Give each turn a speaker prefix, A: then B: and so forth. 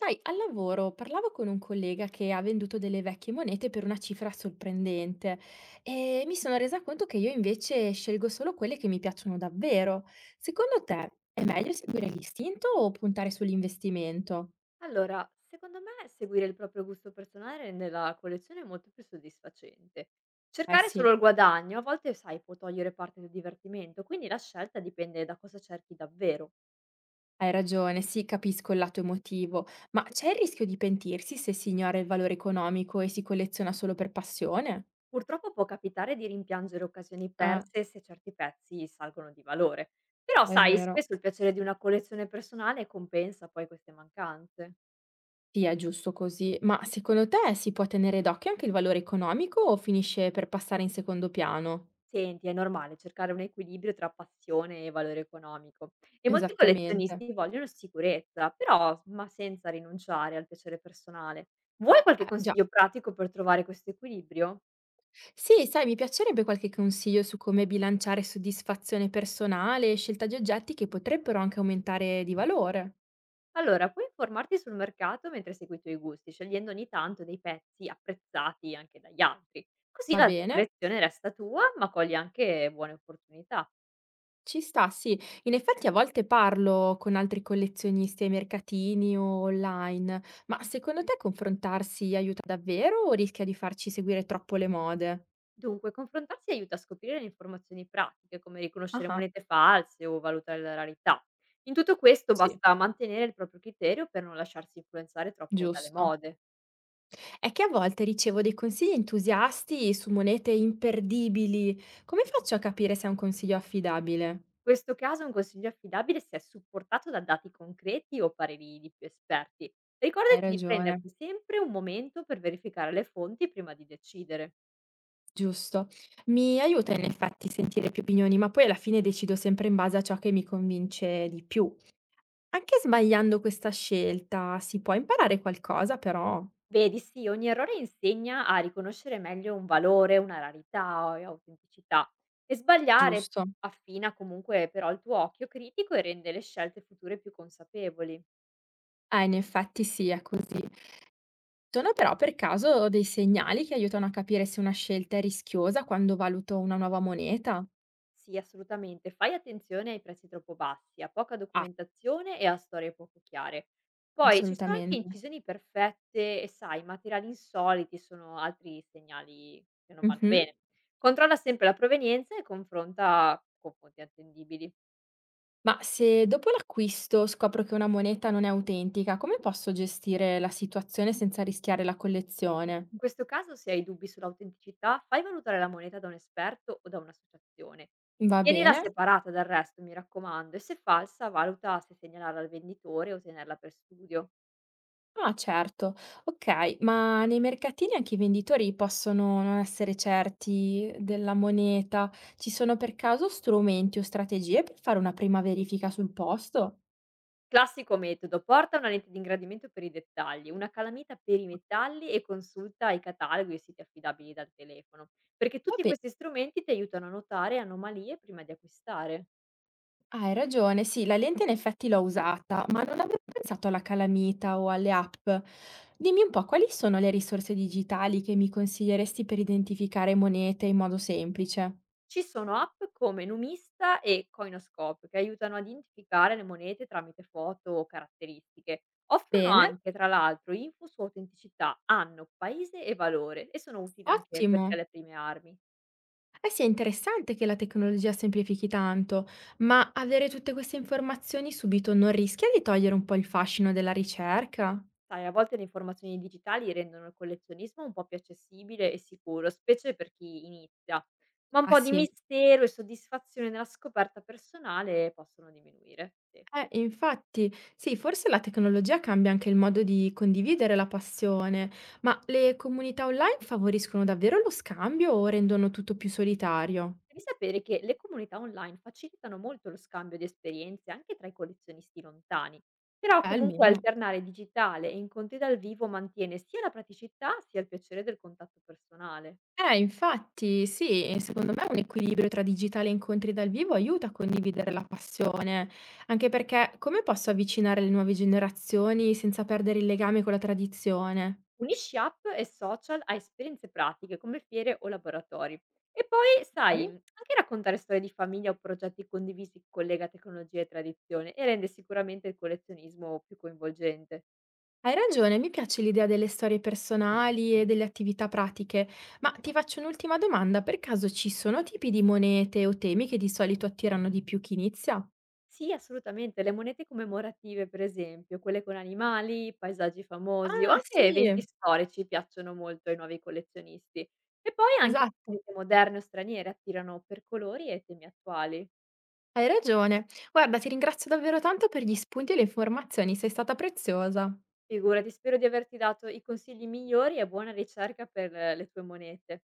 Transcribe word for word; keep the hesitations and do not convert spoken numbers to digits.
A: Sai, al lavoro parlavo con un collega che ha venduto delle vecchie monete per una cifra sorprendente e mi sono resa conto che io invece scelgo solo quelle che mi piacciono davvero. Secondo te è meglio seguire l'istinto o puntare sull'investimento?
B: Allora, secondo me seguire il proprio gusto personale rende la collezione molto più soddisfacente.
A: Eh
B: Cercare solo
A: sì,
B: il guadagno a volte, sai, può togliere parte del divertimento, quindi la scelta dipende da cosa cerchi davvero.
A: hai ragione, sì, capisco il lato emotivo, ma c'è il rischio di pentirsi se si ignora il valore economico e si colleziona solo per passione?
B: Purtroppo può capitare di rimpiangere occasioni
A: Ah,
B: perse se certi pezzi salgono di valore. Però,
A: è
B: sai,
A: vero.
B: spesso il piacere di una collezione personale compensa poi queste mancanze.
A: Sì, è giusto così, ma secondo te si può tenere d'occhio anche il valore economico o finisce per passare in secondo piano?
B: Senti, è normale cercare un equilibrio tra passione e valore economico e molti
A: Esattamente.
B: collezionisti vogliono sicurezza, però ma senza rinunciare al piacere personale. Vuoi qualche
A: Eh, già.
B: consiglio pratico per trovare questo equilibrio?
A: Sì, sai, mi piacerebbe qualche consiglio su come bilanciare soddisfazione personale e scelta di oggetti che potrebbero anche aumentare di valore.
B: Allora, puoi informarti sul mercato mentre segui i tuoi gusti, scegliendo ogni tanto dei pezzi apprezzati anche dagli altri. Così
A: Va
B: la
A: bene?
B: collezione resta tua, ma cogli anche buone opportunità.
A: Ci sta, sì. In effetti a volte parlo con altri collezionisti ai mercatini o online, ma secondo te confrontarsi aiuta davvero o rischia di farci seguire troppo le mode?
B: Dunque, confrontarsi aiuta a scoprire le informazioni pratiche, come
A: Ah,
B: riconoscere
A: ah,
B: monete false o valutare la rarità. In tutto questo
A: sì.
B: basta mantenere il proprio criterio per non lasciarsi influenzare troppo dalle
A: Giusto.
B: mode.
A: È che a volte ricevo dei consigli entusiasti su monete imperdibili. Come faccio a capire se è un consiglio affidabile?
B: In questo caso un consiglio affidabile se è supportato da dati concreti o pareri di più esperti.
A: Hai
B: Ricordati di
A: ragione,
B: prenderti sempre un momento per verificare le fonti prima di decidere.
A: giusto. Mi aiuta in effetti sentire più opinioni, ma poi alla fine decido sempre in base a ciò che mi convince di più. Anche sbagliando questa scelta si può imparare qualcosa, però,
B: Vedi, sì, ogni errore insegna a riconoscere meglio un valore, una rarità o e autenticità. E sbagliare
A: giusto?
B: affina comunque però il tuo occhio critico e rende le scelte future più consapevoli.
A: Ah, in effetti sì, è così. Sono però per caso dei segnali che aiutano a capire se una scelta è rischiosa quando valuto una nuova moneta?
B: Sì, assolutamente. Fai attenzione ai prezzi troppo bassi, a poca documentazione e a storie poco chiare. Poi ci sono anche
A: Assolutamente.
B: incisioni perfette e, sai, materiali insoliti sono altri segnali che non vanno
A: Mh-mh.
B: bene. Controlla sempre la provenienza e confronta con fonti attendibili.
A: Ma se dopo l'acquisto scopro che una moneta non è autentica, come posso gestire la situazione senza rischiare la collezione?
B: In questo caso, se hai dubbi sull'autenticità, fai valutare la moneta da un esperto o da un'associazione.
A: Va
B: Tienila
A: bene?
B: separata dal resto, mi raccomando, e se falsa, valuta se segnalarla al venditore o tenerla per studio.
A: Ah, certo. Okay, ma nei mercatini anche i venditori possono non essere certi della moneta. Ci sono per caso strumenti o strategie per fare una prima verifica sul posto?
B: Classico metodo, porta una lente di ingrandimento per i dettagli, una calamita per i metalli e consulta i cataloghi e siti affidabili dal telefono, perché
A: Va
B: tutti
A: bene.
B: questi strumenti ti aiutano a notare anomalie prima di acquistare.
A: Ah, hai ragione, sì, la lente in effetti l'ho usata, ma non avevo pensato alla calamita o alle app. Dimmi un po', quali sono le risorse digitali che mi consiglieresti per identificare monete in modo semplice?
B: Ci sono app come Numista e Coinoscope che aiutano a identificare le monete tramite foto o caratteristiche. Offrono
A: Bene,
B: anche, tra l'altro, info su autenticità, anno, paese e valore e sono utili anche per
A: ottimo.
B: chi ha le prime armi.
A: Eh sì, è interessante che la tecnologia semplifichi tanto, ma avere tutte queste informazioni subito non rischia di togliere un po' il fascino della ricerca?
B: Sai, a volte le informazioni digitali rendono il collezionismo un po' più accessibile e sicuro, specie per chi inizia, ma un
A: Ah
B: po' di
A: sì.
B: mistero e soddisfazione nella scoperta personale possono diminuire. Sì.
A: Eh, infatti, sì, forse la tecnologia cambia anche il modo di condividere la passione, ma le comunità online favoriscono davvero lo scambio o rendono tutto più solitario?
B: Devi sapere che le comunità online facilitano molto lo scambio di esperienze anche tra i collezionisti lontani, però
A: Eh,
B: comunque
A: almeno.
B: alternare digitale e incontri dal vivo mantiene sia la praticità sia il piacere del contatto personale.
A: Eh, infatti, sì, secondo me un equilibrio tra digitale e incontri dal vivo aiuta a condividere la passione, anche perché come posso avvicinare le nuove generazioni senza perdere il legame con la tradizione?
B: Unisci app e social a esperienze pratiche come fiere o laboratori. E poi, sai, anche raccontare storie di famiglia o progetti condivisi collega tecnologia e tradizione e rende sicuramente il collezionismo più coinvolgente.
A: Hai ragione, mi piace l'idea delle storie personali e delle attività pratiche, ma ti faccio un'ultima domanda, per caso ci sono tipi di monete o temi che di solito attirano di più chi inizia?
B: Sì, assolutamente. Le monete commemorative, per esempio, quelle con animali, paesaggi famosi o
A: Ah,
B: anche eventi
A: sì,
B: storici piacciono molto ai nuovi collezionisti. E poi anche
A: esatto,
B: monete moderne o straniere attirano per colori e temi attuali.
A: hai ragione. Guarda, ti ringrazio davvero tanto per gli spunti e le informazioni, sei stata preziosa.
B: Figurati, spero di averti dato i consigli migliori e buona ricerca per eh, le tue monete.